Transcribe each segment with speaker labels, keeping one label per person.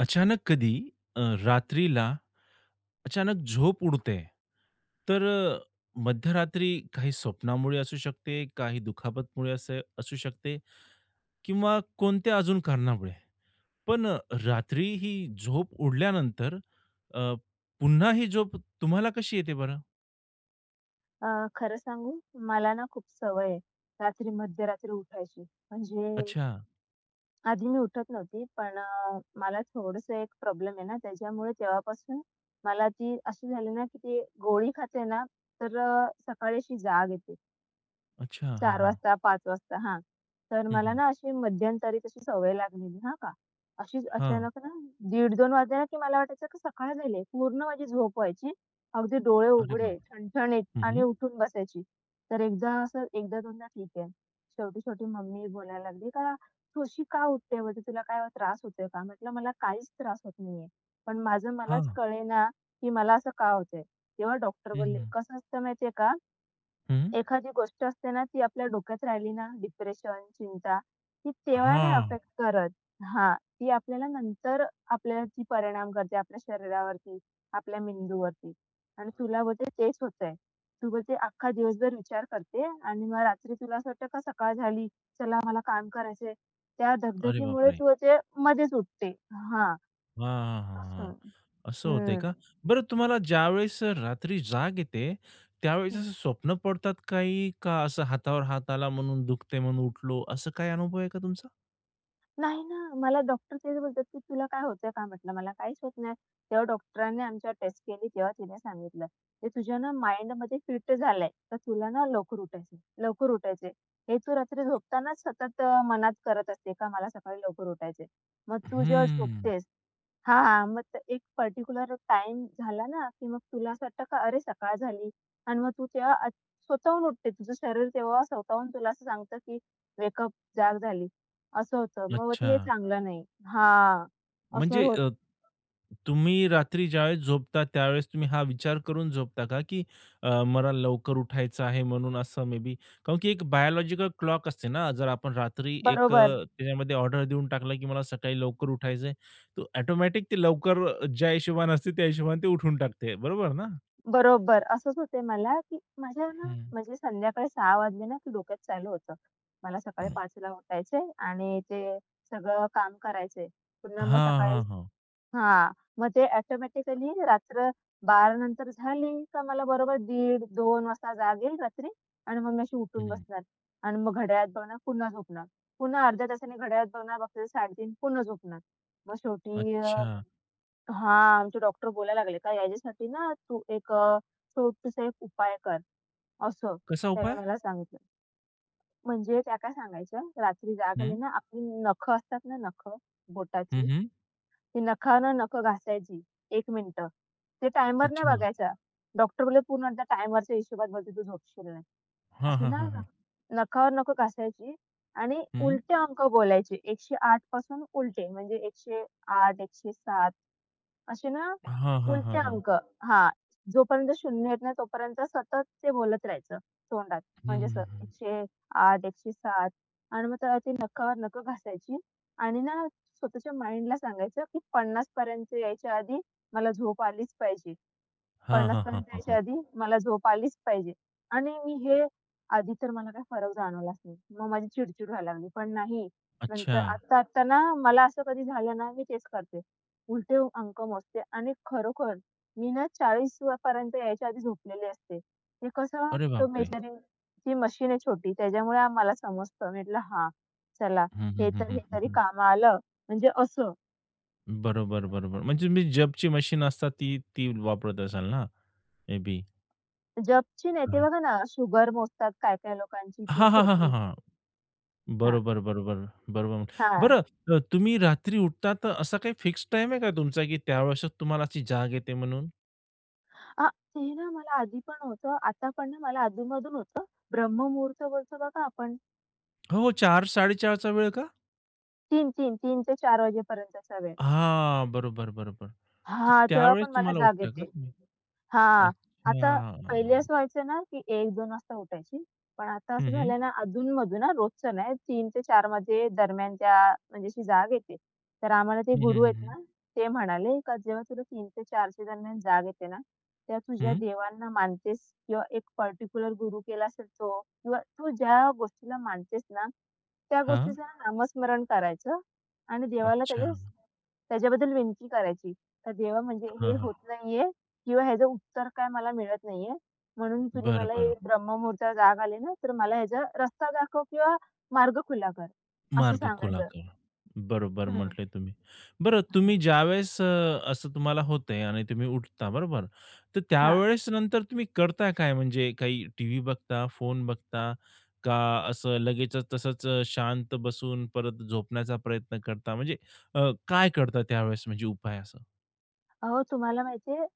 Speaker 1: अचानक कधी रात्रीला अचानक झोप उडते. तर मध्यरात्री काही स्वप्नामुळे असू शकते, काही दुखापतमुळे असे असू शकते किंवा कोणत्या अजून कारणामुळे. पण रात्री ही झोप उडल्यानंतर अ, पुन्हा ही झोप तुम्हाला कशी येते बरं?
Speaker 2: अ, खरं सांगू, मला ना खूप सवय आहे रात्री मध्यरात्री उठायची. म्हणजे
Speaker 1: अच्छा,
Speaker 2: आधी मी उठत नव्हती, पण मला थोडंसं एक प्रॉब्लेम आहे ना, त्याच्यामुळे तेव्हापासून मला ती अशी झाली ना, की ती गोळी खाते ना, तर सकाळी अशी जाग येते.
Speaker 1: अच्छा. हां,
Speaker 2: 4
Speaker 1: हां.
Speaker 2: वाजता, 5 वाजता हां. तर
Speaker 1: हं,
Speaker 2: मला
Speaker 1: हं.
Speaker 2: ना अशी मध्यंतरी तशी सवय लागलेली हां का. अशीच
Speaker 1: हां.
Speaker 2: अचानक ना 1-2 वाजले ना, की मला वाटायचं की सकाळ झाली आहे. पूर्ण माझी झोप व्हायची. अगदी डोळे
Speaker 1: अरे
Speaker 2: उघडे,
Speaker 1: बापरे!
Speaker 2: ठणठणीत
Speaker 1: हं,
Speaker 2: आणि
Speaker 1: हं.
Speaker 2: उठून बसायची. तर एकदा असं एकदा-दोनदा ठीक आहे. शेवटी-शेवटी मम्मी बोलायला लागली का, "तू का उठते बोलते, तुला काय त्रास होतोय का?" म्हटलं, "मला काहीच त्रास होत नाहीये. पण माझं मलाच
Speaker 1: हां.
Speaker 2: कळेना, की मला असं का होतंय." तेव्हा डॉक्टर
Speaker 1: हं,
Speaker 2: बोलले,
Speaker 1: हं.
Speaker 2: "कसं असतं माहिती का,
Speaker 1: हं.
Speaker 2: एखादी गोष्ट असते ना, ती आपल्या डोक्यात राहिली ना, डिप्रेशन, चिंता, ती तेव्हा नाही
Speaker 1: हां.
Speaker 2: अफेक्ट करत. हां, ती आपल्याला नंतर आपल्याला ती परिणाम करते आपल्या शरीरावरती, आपल्या मेंदूवरती. आणि तुला बोलते तेच होतंय. तू बोलते अख्खा दिवसभर विचार करते आणि मग रात्री तुला असं वाटतं का सकाळ झाली, चला मला काम करायचंय. त्या
Speaker 1: अरे
Speaker 2: धगधगीमुळे
Speaker 1: बापरे!
Speaker 2: तू बोलते मध्येच उठते. हां,
Speaker 1: हां, हां, हां,
Speaker 2: असं.
Speaker 1: हां. असं होतंय
Speaker 2: हं.
Speaker 1: का? बरं तुम्हाला ज्यावेळेस रात्री जाग येते, त्यावेळेस असं स्वप्न पडतात काही का असं हातावर हात आला म्हणून दुखते म्हणून उठलो, असं काही अनुभव आहे का तुमचा?
Speaker 2: नाही ना. मला डॉक्टर तेच बोलतात, की "तुला काय होतंय का?" म्हटलं, "मला काहीच होत नाही." तेव्हा डॉक्टरांनी आमच्यावर टेस्ट केली, तेव्हा तिने सांगितलं, "ते तुझ्या ना माइंडमध्ये फिट झालंय, तर तुला ना लवकर उठायचंय, लवकर उठायचंय. हे तू रात्री झोपतानाच सतत मनात करत असते का मला सकाळी लवकर उठायचंय. मग तू जेव्हा
Speaker 1: हम्म.
Speaker 2: झोपतेस, हां, मग ते एक पर्टिक्युलर टाईम झाला ना, की मग तुला असं वाटतं का अरे सकाळ झाली आणि मग तू तेव्हा स्वतःहून उठते. तुझं शरीर तेव्हा स्वतःहून तुला असं सांगतं, की वेक अप, जाग झाली. असं होतं. मग
Speaker 1: अच्छा.
Speaker 2: ते हे चांगलं नाही. हां, असं
Speaker 1: म्हणजे
Speaker 2: होत
Speaker 1: तुम्ही रात्री ज्यावेळेस झोपता त्यावेळेस तुम्ही हा विचार करून झोपता का, की मला लवकर उठायचं आहे म्हणून असं मे बी? कारण की एक बायोलॉजिकल क्लॉक असते ना, जर आपण रात्री एक
Speaker 2: बरोबर,
Speaker 1: त्याच्यामध्ये ऑर्डर देऊन टाकला, की मला सकाळी लवकर उठायचं आहे, तर ऑटोमॅटिक ते लवकर ज्या हिशोबाने असते त्या हिशोबाने ते उठून टाकते. बरोबर ना?
Speaker 2: बरोबर. असंच होते मला, की माझ्या ना
Speaker 1: हं.
Speaker 2: म्हणजे संध्याकाळी 6 वाजले ना, की डोक्यात चालू होतं. मला सकाळी 5 उठायचंय आणि ते सगळं काम करायचंय. पुन्हा मग
Speaker 1: हां,
Speaker 2: सकाळी
Speaker 1: हां, हां.
Speaker 2: हां, मग ते ऑटोमॅटिकली रात्र 12 नंतर झाली का मला बरोबर 1:30-2 वाजता जाग येईल रात्री आणि मग मी अशी उठून
Speaker 1: हं.
Speaker 2: बसणार आणि मग घड्याळात बघणार पुन्हा झोपणार. पुन्हा अर्ध्या तासाने घड्याळात बघणार बघते 3:30 पुन्हा झोपणार. मग शेवटी
Speaker 1: अच्छा.
Speaker 2: हां, आमचे डॉक्टर बोलायला लागले का याच्यासाठी ना तू एक छोटूसा एक उपाय कर असं
Speaker 1: कसा
Speaker 2: त्याने
Speaker 1: उपाय?
Speaker 2: मला सांगितलं. म्हणजे त्या काय सांगायच्या रात्री जाग आली
Speaker 1: हं.
Speaker 2: ना आपली नखं असतात ना नखं
Speaker 1: हं,
Speaker 2: बोटाची
Speaker 1: हं.
Speaker 2: ती नखानं नखं घासायची 1 मिनिटं. ते टायमर नाही
Speaker 1: अच्छा.
Speaker 2: बघायचा. डॉक्टर बोलले, "पूर्ण त्या टायमरच्या हिशोबात बोलते तू झोपशील नाही."
Speaker 1: हां,
Speaker 2: अशी
Speaker 1: हां,
Speaker 2: ना
Speaker 1: हां, हां.
Speaker 2: नखावर नखं घासायची आणि
Speaker 1: हं.
Speaker 2: उलटे अंक बोलायचे. 108 पासून उलटे म्हणजे 108, 107 असे ना
Speaker 1: हां, हां, हां,
Speaker 2: उलटे
Speaker 1: हां.
Speaker 2: अंक हां, जोपर्यंत 0 येत नाही तोपर्यंत सतत ते बोलत राहायचं तोंडात.
Speaker 1: हं,
Speaker 2: म्हणजे
Speaker 1: हं,
Speaker 2: असं
Speaker 1: हं.
Speaker 2: 108, 107 आणि मग त्याला ती नखावर नखं घासायची आणि ना स्वतःच्या माइंडला सांगायचं की 50 पर्यंत यायच्या आधी मला झोप आलीच पाहिजे.
Speaker 1: हां,
Speaker 2: 50
Speaker 1: हां, हां, हां,
Speaker 2: जायच्या
Speaker 1: हां.
Speaker 2: आधी मला झोप आलीच पाहिजे आणि मी हे आधी तर मला काही फरक जाणवलाच नाही. मग माझी चिड-चिड व्हायला लागली. पण नाही,
Speaker 1: अच्छा.
Speaker 2: नंतर आत्ता-आत्ता ना मला असं कधी झालं ना, मी तेच करते. उलटे अंक मोजते आणि खरोखर मी ना 40 व पर्यंत यायच्या आधी झोपलेली असते. ते कसं
Speaker 1: अरे
Speaker 2: तो
Speaker 1: बापरे!
Speaker 2: मेजरिंगची मशीन आहे छोटी त्याच्यामुळे मला समजतं. मी म्हटलं, "हां, चला
Speaker 1: हं, हं,
Speaker 2: हे
Speaker 1: हं,
Speaker 2: तर हे
Speaker 1: हं, हं,
Speaker 2: तरी
Speaker 1: हं.
Speaker 2: कामं आलं." म्हणजे असं
Speaker 1: बरोबर, बरोबर. म्हणजे तुम्ही जबची मशीन असतात ती ती वापरत असाल ना? May be.
Speaker 2: जपची नाही ते
Speaker 1: हां.
Speaker 2: बघा ना, शुगर मोजतात काय-काय लोकांची ती
Speaker 1: हां, हां, हां, हां,
Speaker 2: छोटी.
Speaker 1: हां. बरोबर, बरोबर, बरोबर.
Speaker 2: हां.
Speaker 1: बरं तुम्ही रात्री उठता तर असा काही फिक्स टाईम आहे का तुमचा, की त्यावेळेसच तुम्हाला अशी जाग येते म्हणून?
Speaker 2: ते ना मला आधी पण होतं, आता पण ना मला अधूनमधून होतं. ब्रह्ममुहूर्त बोलतो बघा आपण
Speaker 1: हो, 4-4:30 चा वेळ का?
Speaker 2: 3-3, 3 ते 4 वाजेपर्यंतचा वेळ.
Speaker 1: हां. बरोबर, बरोबर. तर
Speaker 2: हां, तेव्हा
Speaker 1: त्यावेळेस
Speaker 2: पण मला
Speaker 1: तुम्हाला
Speaker 2: जाग
Speaker 1: उठता का
Speaker 2: येते.
Speaker 1: तुम्ही?
Speaker 2: हां, आता
Speaker 1: अच्छा.
Speaker 2: पहिले असं व्हायचं ना, की 1-2 वाजता उठायची. पण आता
Speaker 1: हं,
Speaker 2: असं
Speaker 1: हं.
Speaker 2: झालंय ना, अधून-मधून हां, रोजचं नाही 3 ते चार मध्ये दरम्यानच्या म्हणजे अशी जाग येते. तर आम्हाला ते
Speaker 1: हं, हं,
Speaker 2: गुरु
Speaker 1: हं,
Speaker 2: आहेत
Speaker 1: हं.
Speaker 2: ना, ते म्हणाले, "का जेव्हा तुला 3 ते 4 च्या दरम्यान जाग येते ना, तेव्हा तुझ्या
Speaker 1: हं.
Speaker 2: देवांना मानतेस किंवा एक पर्टिक्युलर गुरु केला असेल तो किंवा तू ज्या गोष्टीला मानतेस ना, त्या
Speaker 1: हां.
Speaker 2: गोष्टीचं ना नामस्मरण करायचं आणि देवाला
Speaker 1: अच्छा.
Speaker 2: त्याच्या त्याच्याबद्दल विनंती करायची." तर जेव्हा म्हणजे
Speaker 1: हां,
Speaker 2: हे
Speaker 1: हां.
Speaker 2: होत नाहीये किंवा ह्याचं उत्तर काय मला मिळत नाहीये, म्हणून तुम्ही
Speaker 1: बरं,
Speaker 2: मला हे
Speaker 1: बरं.
Speaker 2: ब्रह्ममुहूर्ताला जाग आली ना, तर मला ह्याचा रस्ता दाखव किंवा मार्ग खुला कर, असं
Speaker 1: मार्ग खुला
Speaker 2: सांगायचं.
Speaker 1: करा. बरोबर
Speaker 2: हं.
Speaker 1: म्हटले तुम्ही. बरं
Speaker 2: हां.
Speaker 1: तुम्ही ज्यावेळेस असं तुम्हाला होतंय आणि तुम्ही उठता बरोबर? तर त्यावेळेस नंतर तुम्ही करता काय? म्हणजे काही टीव्ही बघता, फोन बघता का असं लगेचच तसंच शांत बसून परत झोपण्याचा प्रयत्न करता? म्हणजे काय करता त्यावेळेस म्हणजे उपाय असं?
Speaker 2: अहो, तुम्हाला माहिती आहे,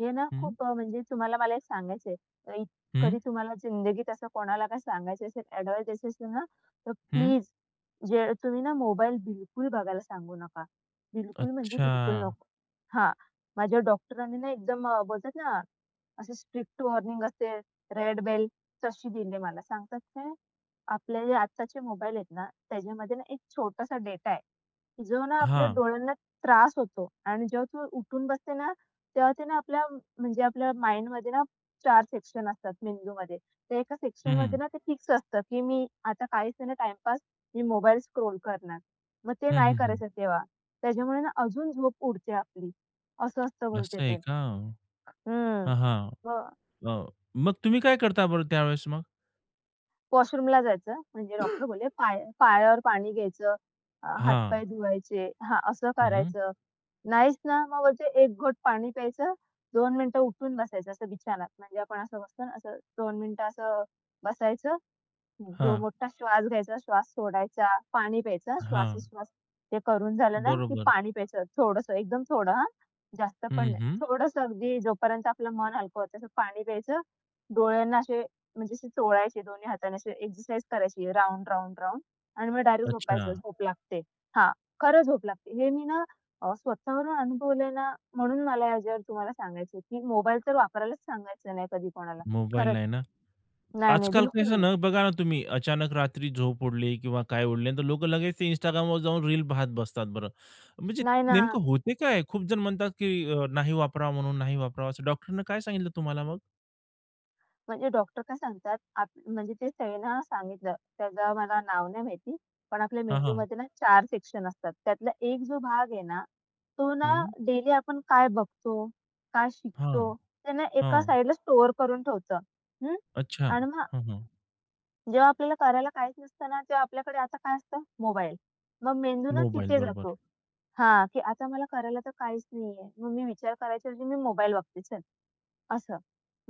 Speaker 2: हे ना
Speaker 1: हं,
Speaker 2: खूप म्हणजे तुम्हाला मला एक सांगायचं आहे. अ, इत-
Speaker 1: हं,
Speaker 2: कधी तुम्हाला जिंदगीत असं कोणाला काही सांगायचं असेल, एडवाइस द्यायची असेल ना, तर
Speaker 1: हं.
Speaker 2: प्लीज जे तुम्ही ना मोबाईल बिलकुल बघायला सांगू नका. बिलकुल म्हणजे
Speaker 1: अच्छा.
Speaker 2: बिलकुल नको. हां, माझ्या डॉक्टरांनी ना एकदम बोलतात ना, असं स्ट्रिक्ट वॉर्निंग असते, रेड बेल तशी दिली मला. सांगतात काय, आपले जे आत्ताचे मोबाईल आहेत ना, त्याच्यामध्ये ना एक छोटासा डेटा आहे. जो ना आपल्या
Speaker 1: हां.
Speaker 2: डोळ्यांना त्रास होतो आणि जेव्हा तू उठून बसते ना, तेव्हा ते ना आपल्या म्हणजे आपल्या माइंडमध्ये ना 4 सेक्शन असतात मेंदूमध्ये. त्या एका
Speaker 1: हं, हं.
Speaker 2: सेक्शनमध्ये ना ते फिक्स असतं, की मी आता काहीच नाही टाईमपास, मी मोबाईल स्क्रोल करणार. मग ते
Speaker 1: हं,
Speaker 2: नाही
Speaker 1: हं, हं.
Speaker 2: करायचं तेव्हा. त्याच्यामुळे ना अजून झोप उडते आपली. असं असतं बोलते
Speaker 1: असं आहे
Speaker 2: ते.
Speaker 1: का? हां,
Speaker 2: हं.
Speaker 1: हां.
Speaker 2: मग
Speaker 1: अ, मग तुम्ही काय करता बरं त्यावेळेस मग?
Speaker 2: वॉशरूमला जायचं म्हणजे डॉक्टर बोलले पाय पायावर पाणी घ्यायचं,
Speaker 1: हां.
Speaker 2: हातपाय धुवायचे हां, असं
Speaker 1: हं, हं.
Speaker 2: करायचं. नाहीच ना, मग वरचे 1 घोट पाणी प्यायचं, 2 मिनिटं उठून बसायचं असं बिछानात. म्हणजे आपण असं बसतो ना, असं 2 मिनिटं असं बसायचं जो
Speaker 1: हां,
Speaker 2: मोठा श्वास घ्यायचा, श्वास सोडायचा, पाणी प्यायचं,
Speaker 1: हां.
Speaker 2: श्वासोश्वास ते करून झालं ना, की
Speaker 1: बरोबर.
Speaker 2: पाणी प्यायचं थोडंसं, एकदम थोडं हां, जास्त
Speaker 1: हं,
Speaker 2: पण
Speaker 1: हं,
Speaker 2: नाही.
Speaker 1: हं.
Speaker 2: थोडंसं अगदी जोपर्यंत आपलं मन हलकं होतं तसं पाणी प्यायचं. डोळ्यांना असे म्हणजे असे चोळायचे दोन्ही हाताने असे एक्सरसाइज करायची राउंड, राउंड, राउंड आणि मग डायरेक्ट
Speaker 1: अच्छा.
Speaker 2: झोपायचं. झोप लागते. हां, खरं झोप लागते. हे मी ना स्वतःवरून अनुभवलंय ना, म्हणून मला याच्यावर तुम्हाला सांगायचं की मोबाईल तर वापरायलाच सांगायचं नाही कधी कोणाला.
Speaker 1: मोबाईल
Speaker 2: खरंच.
Speaker 1: नाही ना.
Speaker 2: नाही, नाही,
Speaker 1: आजकाल कसं
Speaker 2: बिलकुल
Speaker 1: ना, बघा ना तुम्ही अचानक रात्री झोप उडली किंवा काय उडले, तर लोकं लगेच ते Instagramवर जाऊन रील पाहत बसतात बरं. म्हणजे
Speaker 2: नाही ना.
Speaker 1: नेमकं होते काय? खूप जण म्हणतात की नाही वापरावा म्हणून, नाही वापरावा असं डॉक्टरनं काय सांगितलं तुम्हाला मग?
Speaker 2: म्हणजे डॉक्टर काय सांगतात, आप म्हणजे ते त्यांना सांगितलं, त्याचं मला नाव नाही माहिती, पण आपल्या
Speaker 1: हां, हां.
Speaker 2: मेंदूमध्ये ना 4 सेक्शन असतात. त्यातला एक जो भाग आहे ना, तो ना
Speaker 1: हं.
Speaker 2: डेली आपण काय बघतो, काय
Speaker 1: हां,
Speaker 2: शिकतो, ते ना एका
Speaker 1: हां.
Speaker 2: साइडला स्टोअर करून ठेवतं. हं.
Speaker 1: अच्छा.
Speaker 2: आणि मग
Speaker 1: हां, हां.
Speaker 2: जेव्हा आपल्याला करायला काहीच नसतं ना, तेव्हा आपल्याकडे आता काय असतं? मोबाईल. मग मेंदू ना
Speaker 1: मोबाईल
Speaker 2: तिथे
Speaker 1: बरोबर.
Speaker 2: जातो. हां, की आता मला करायला तर काहीच नाहीये. मग मी विचार करायच्या ऐवजी मी मोबाईल बघते. चल. असं.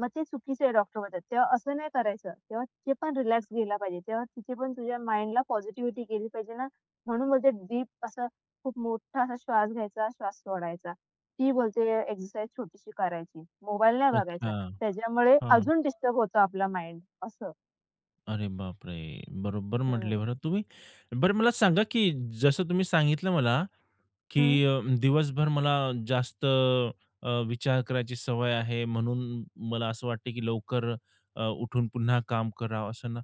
Speaker 2: मग ते चुकीचं आहे डॉक्टर म्हणतात. तेव्हा असं नाही करायचं. तेव्हा तिथे पण रिलॅक्स गेला पाहिजे. तेव्हा तिथे पण तुझ्या माइंडला पॉझिटिव्हिटी गेली पाहिजे ना, म्हणून बोलते डीप असं खूप मोठा असा श्वास घ्यायचा, श्वास सोडायचा. ती बोलते एक्सरसाइज छोटीशी करायची. मोबाईल नाही बघायचा.
Speaker 1: अच्छा.
Speaker 2: त्याच्यामुळे
Speaker 1: हां.
Speaker 2: अजून डिस्टर्ब होतो आपला माइंड असं.
Speaker 1: अरे बापरे! बरोबर
Speaker 2: हं.
Speaker 1: म्हटले बरं तुम्ही. बरं मला सांगा, की जसं तुम्ही सांगितलं मला, की
Speaker 2: हं.
Speaker 1: दिवसभर मला जास्त विचार करायची सवय आहे, म्हणून मला असं वाटतं की लवकर उठून पुन्हा काम करावं असं ना,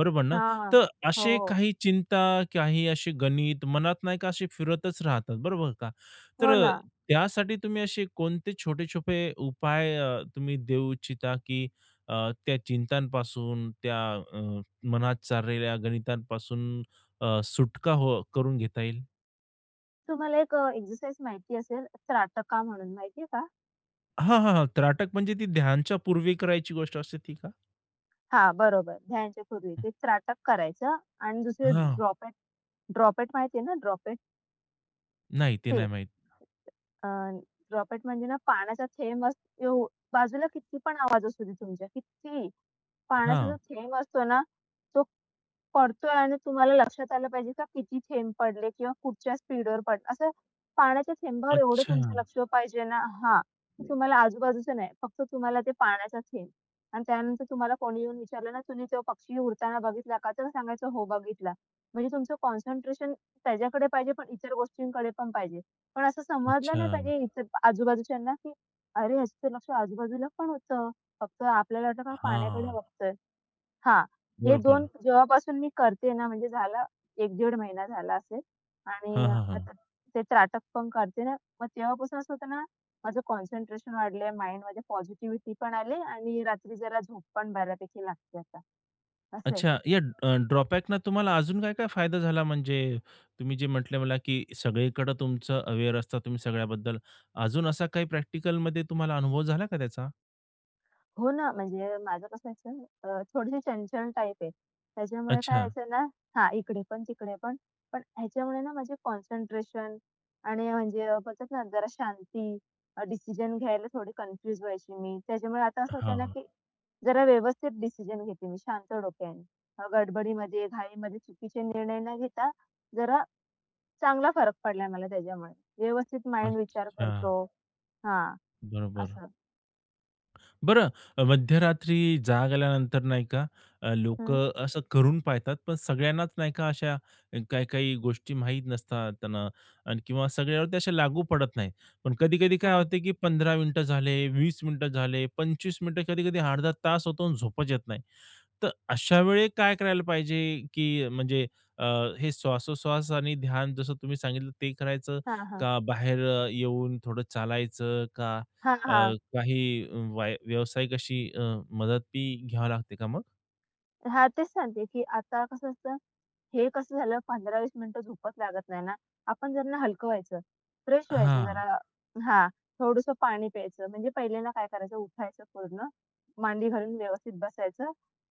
Speaker 1: बरोबर ना?
Speaker 2: हां.
Speaker 1: तर असे
Speaker 2: हो.
Speaker 1: काही चिंता, काही असे गणित मनात नाही का असे फिरतच राहतात, बरोबर का? तर
Speaker 2: हो ना.
Speaker 1: त्यासाठी तुम्ही असे कोणते छोटे-छोटे उपाय तुम्ही देऊ इच्छिता की त्या चिंतांपासून, त्या अ, मनात चाललेल्या गणितांपासून सुटका हो करून घेता येईल?
Speaker 2: तुम्हाला एक एक्सरसाइज माहिती असेल त्राटका म्हणून माहिती का?
Speaker 1: हां, हां, हां. त्राटक म्हणजे ती ध्यानच्या पूर्वी करायची गोष्ट असते ती का?
Speaker 2: हां, बरोबर. ध्यानच्या पूर्वी
Speaker 1: हं.
Speaker 2: ते त्राटक करायचं आणि दुसरे
Speaker 1: हां.
Speaker 2: ड्रॉपेट माहिती आहे ना? ड्रॉपेट
Speaker 1: नाही ते नाही
Speaker 2: ते
Speaker 1: माहीत.
Speaker 2: ड्रॉपेट म्हणजे ना पाण्याचा थेंब अस एव बाजूला किती पण आवाज असू दे तुमच्या, कितीही. पाण्याचा जो
Speaker 1: हां.
Speaker 2: थेंब असतो ना, तो पडतोय आणि तुम्हाला लक्षात आलं पाहिजे का किती थेंब पडले किंवा कुठच्या स्पीडवर पडले. असं पाण्याच्या थेंबावर एवढं तुमचं
Speaker 1: अच्छा,
Speaker 2: लक्ष पाहिजे ना हां, की तुम्हाला आजूबाजूचं नाही, फक्त तुम्हाला ते पाण्याचा थेंब आणि त्यानंतर तुम्हाला कोणी येऊन विचारलं ना, "तुम्ही तो पक्षी उडताना बघितला का?" तर सांगायचं, "हो, बघितला." म्हणजे तुमचं कॉन्सन्ट्रेशन त्याच्याकडे पाहिजे, पण इतर गोष्टींकडे पण पाहिजे. पण असं समजलं
Speaker 1: अच्छा.
Speaker 2: नाही पाहिजे इतर आजूबाजूच्यांना, की "अरे, ह्याचं तर लक्ष आजूबाजूला पण होतं. फक्त आपल्याला वाटलं का पाण्याकडे
Speaker 1: हां.
Speaker 2: बघतोय." हां. हे
Speaker 1: बरोबर.
Speaker 2: 2 जेव्हापासून मी करते ना, म्हणजे झाला एक 15 महिना झाला असेल
Speaker 1: हां,
Speaker 2: आणि
Speaker 1: हां, हां.
Speaker 2: आता ते त्राटक पण करते ना, मग तेव्हापासून असं होतं ना, माझं कॉन्सन्ट्रेशन वाढलंय, माइंडमध्ये पॉझिटिव्हिटी पण आली आणि रात्री जरा झोप पण बऱ्यापैकी लागते आता, असं आहे.
Speaker 1: अच्छा या ड्रॉबॅकनं तुम्हाला अजून काय-काय फायदा झाला म्हणजे तुम्ही जे म्हटले मला, की सगळीकडे तुमचं अवेअर असता तुम्ही सगळ्याबद्दल. अजून असा काही प्रॅक्टिकलमध्ये तुम्हाला अनुभव झाला का त्याचा?
Speaker 2: हो ना, म्हणजे माझं कसं व्हायचं थोडीशी चंचल टाइप आहे. त्याच्यामुळे काय
Speaker 1: अच्छा.
Speaker 2: व्हायचं ना हां, इकडे पण तिकडे पण. पण ह्याच्यामुळे ना माझे कॉन्सन्ट्रेशन आणि म्हणजे बोलतात ना जरा शांती डिसिजन घ्यायला थोडी कन्फ्यूज व्हायची मी. त्याच्यामुळे आता असं होतं ना,
Speaker 1: हां.
Speaker 2: की जरा व्यवस्थित डिसिजन घेते मी शांत डोक्याने. गडबडीमध्ये, घाईमध्ये चुकीचे निर्णय न घेता जरा चांगला फरक पडलाय मला त्याच्यामुळे. व्यवस्थित माइंड विचार
Speaker 1: अच्छा.
Speaker 2: करतो. हां,
Speaker 1: बरोबर.
Speaker 2: असं.
Speaker 1: बरं मध्यरात्री जाग आल्यानंतर नाही का अ,
Speaker 2: हं.
Speaker 1: असं करून पाहतात, पण सगळ्यांनाच नाही का अशा काही-काही गोष्टी माहीत नसतात त्यांना आणि किंवा सगळ्यावरती अशा लागू पडत नाही. पण कधी-कधी काय
Speaker 2: हां.
Speaker 1: होते, की 15 मिनिटं झाले, 20 मिनिटं झाले, 25 मिनिटं, कधी-कधी अर्धा तास होतो आणि झोपच येत नाही. तर अशा वेळी काय करायला पाहिजे, की म्हणजे अ, हे श्वासोश्वास आणि ध्यान जसं तुम्ही सांगितलं ते करायचं
Speaker 2: हां, हां.
Speaker 1: का बाहेर येऊन थोडं चालायचं का
Speaker 2: हां,
Speaker 1: अ,
Speaker 2: हां.
Speaker 1: काही व्यावसायिक अशी मदत बी घ्यावी लागते का मग?
Speaker 2: हां, तेच सांगते, की आता कसं असतं, हे कसं झालं 15-20 मिनिटं झोपच लागत नाही ना, आपण जरा ना हलकं व्हायचं, फ्रेश व्हायचं जरा
Speaker 1: हां.
Speaker 2: हां, थोडंसं पाणी प्यायचं. म्हणजे पहिले ना काय करायचं, उठायचं पूर्ण, मांडी घालून व्यवस्थित बसायचं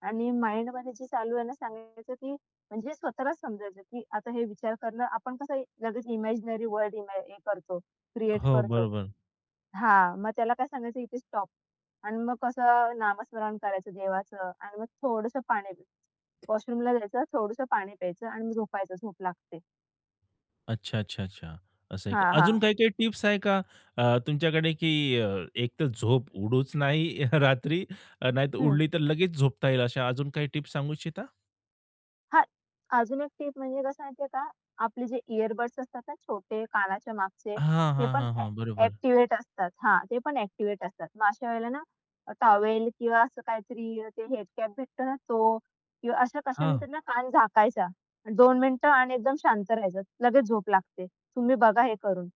Speaker 2: आणि माइंडमध्ये जे चालू आहे ना, सांगायचं, की म्हणजे स्वतःलाच समजायचं, की आता हे विचार करणं आपण कसं लगेच इमॅजिनरी वर्ल्ड हे करतो, क्रिएट
Speaker 1: हो,
Speaker 2: करतो.
Speaker 1: बरोबर.
Speaker 2: हां, मग त्याला काय सांगायचं इथे स्टॉप आणि मग कसं नामस्मरण करायचं देवाचं आणि मग थोडंसं पाणी वॉशरूमला जायचं, थोडंसं पाणी प्यायचं आणि मग झोपायचं, झोप लागते.
Speaker 1: अच्छा, अच्छा, अच्छा. असं आहे का?
Speaker 2: हां,
Speaker 1: अजून
Speaker 2: हां.
Speaker 1: काही-काही टिप्स आहे का तुमच्याकडे, की एक तर झोप उडूच नाही रात्री, नाहीतर उडली तर लगेच झोपता येईल अशा अजून काही टिप्स सांगू इच्छिता?
Speaker 2: हां, अजून एक टिप म्हणजे कसं माहिती आहे का, आपले जे इयरबड्स असतात ना छोटे कानाच्या मागचे,
Speaker 1: हां,
Speaker 2: ते
Speaker 1: हां,
Speaker 2: पण
Speaker 1: हां,
Speaker 2: ॲ
Speaker 1: हां. बरोबर.
Speaker 2: ॲक्टिव्हेट असतात हां, ते पण ॲक्टिव्हेट असतात. मग अशा वेळेला ना टॉवेल किंवा असं काहीतरी ते हेड कॅप भेटतो ना तो किंवा अशा कशाने
Speaker 1: हां.
Speaker 2: तर ना कान झाकायचा. 2 मिनिटं आणि एकदम शांत राहायचं. लगेच झोप लागते. तुम्ही बघा हे करून.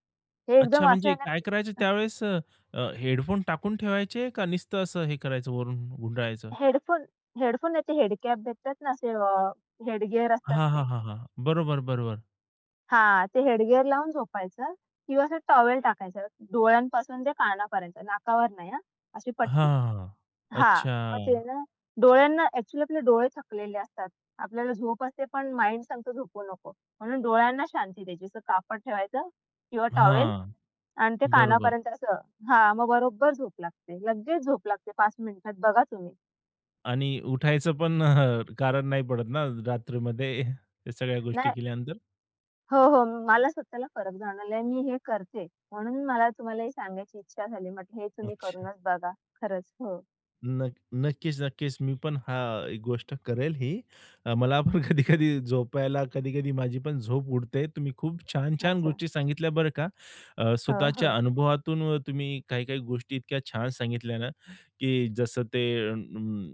Speaker 2: हे
Speaker 1: अच्छा,
Speaker 2: एकदम असं
Speaker 1: म्हणजे
Speaker 2: आहे ना
Speaker 1: काय
Speaker 2: की
Speaker 1: करायचं त्यावेळेस हेडफोन टाकून ठेवायचे का नुसतं असं हे करायचं वरून गुंडाळायचं?
Speaker 2: हेडफोन हेडफोन नाही ते हेड कॅप भेटतात ना असे हेडगिअर असतात
Speaker 1: हां,
Speaker 2: ते.
Speaker 1: हां, हां, हां. बरोबर, बरोबर.
Speaker 2: हां, ते हेडगिअर लावून झोपायचं किंवा असं टॉवेल टाकायचं डोळ्यांपासून ते कानापर्यंत, नाकावर नाही हां, अशी
Speaker 1: हां,
Speaker 2: पट्टी.
Speaker 1: हां, हां.
Speaker 2: हां, मग ते
Speaker 1: अच्छा.
Speaker 2: ना डोळ्यांना ॲक्चुअली आपले डोळे थकलेले असतात. आपल्याला झोप असते पण माइंड सांगतो झोपू नको. म्हणून डोळ्यांना शांती द्यायची. असं कापड ठेवायचं किंवा टॉवेल
Speaker 1: हां,
Speaker 2: आणि ते
Speaker 1: बरोबर
Speaker 2: कानापर्यंत असं हां, मग बरोबर झोप लागते. लगेच झोप लागते 5 मिनिटात बघा तुम्ही.
Speaker 1: आणि उठायचं पण कारण नाही पडत ना रात्रीमध्ये त्या सगळ्या गोष्टी
Speaker 2: नाही
Speaker 1: केल्यानंतर?
Speaker 2: हो, हो. मला स्वतःला फरक जाणवलाय. मी हे करते. म्हणून मला तुम्हाला हे सांगायची इच्छा झाली. म्हटलं हे तुम्ही
Speaker 1: अच्छा.
Speaker 2: करूनच बघा. खरंच. हो.
Speaker 1: नक्कीच, नक्कीच. मी पण हां, एक गोष्ट करेल ही. मला पण कधी-कधी झोपायला कधी-कधी माझी पण झोप उडते. तुम्ही खूप छान-छान
Speaker 2: अच्छा.
Speaker 1: गोष्टी सांगितल्या बरं का.
Speaker 2: हो, हो.
Speaker 1: स्वतःच्या अनुभवातून व तुम्ही काही-काही गोष्टी इतक्या छान सांगितल्या ना, की जसं ते अं,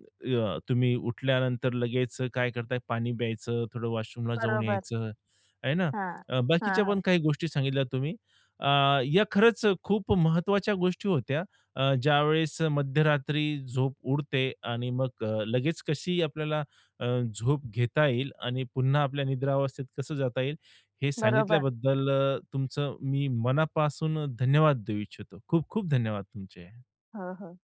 Speaker 1: तुम्ही उठल्यानंतर लगेच काय करताय, पाणी प्यायचं, थोडं वॉशरूमला जाऊन
Speaker 2: बरोबर.
Speaker 1: यायचं, आहे ना?
Speaker 2: हां. हां,
Speaker 1: बाकीच्या पण
Speaker 2: हां.
Speaker 1: काही गोष्टी सांगितल्या तुम्ही. अ, या खरंच खूप महत्त्वाच्या गोष्टी होत्या. ज्यावेळेस मध्यरात्री झोप उडते आणि मग लगेच कशी आपल्याला अ, झोप घेता येईल आणि पुन्हा आपल्या निद्रावस्थेत कसं जाता येईल, हे
Speaker 2: बरोबर.
Speaker 1: सांगितल्याबद्दल तुमचं मी मनापासून धन्यवाद देऊ इच्छितो. खूप खूप धन्यवाद तुमचे.
Speaker 2: हो, हो.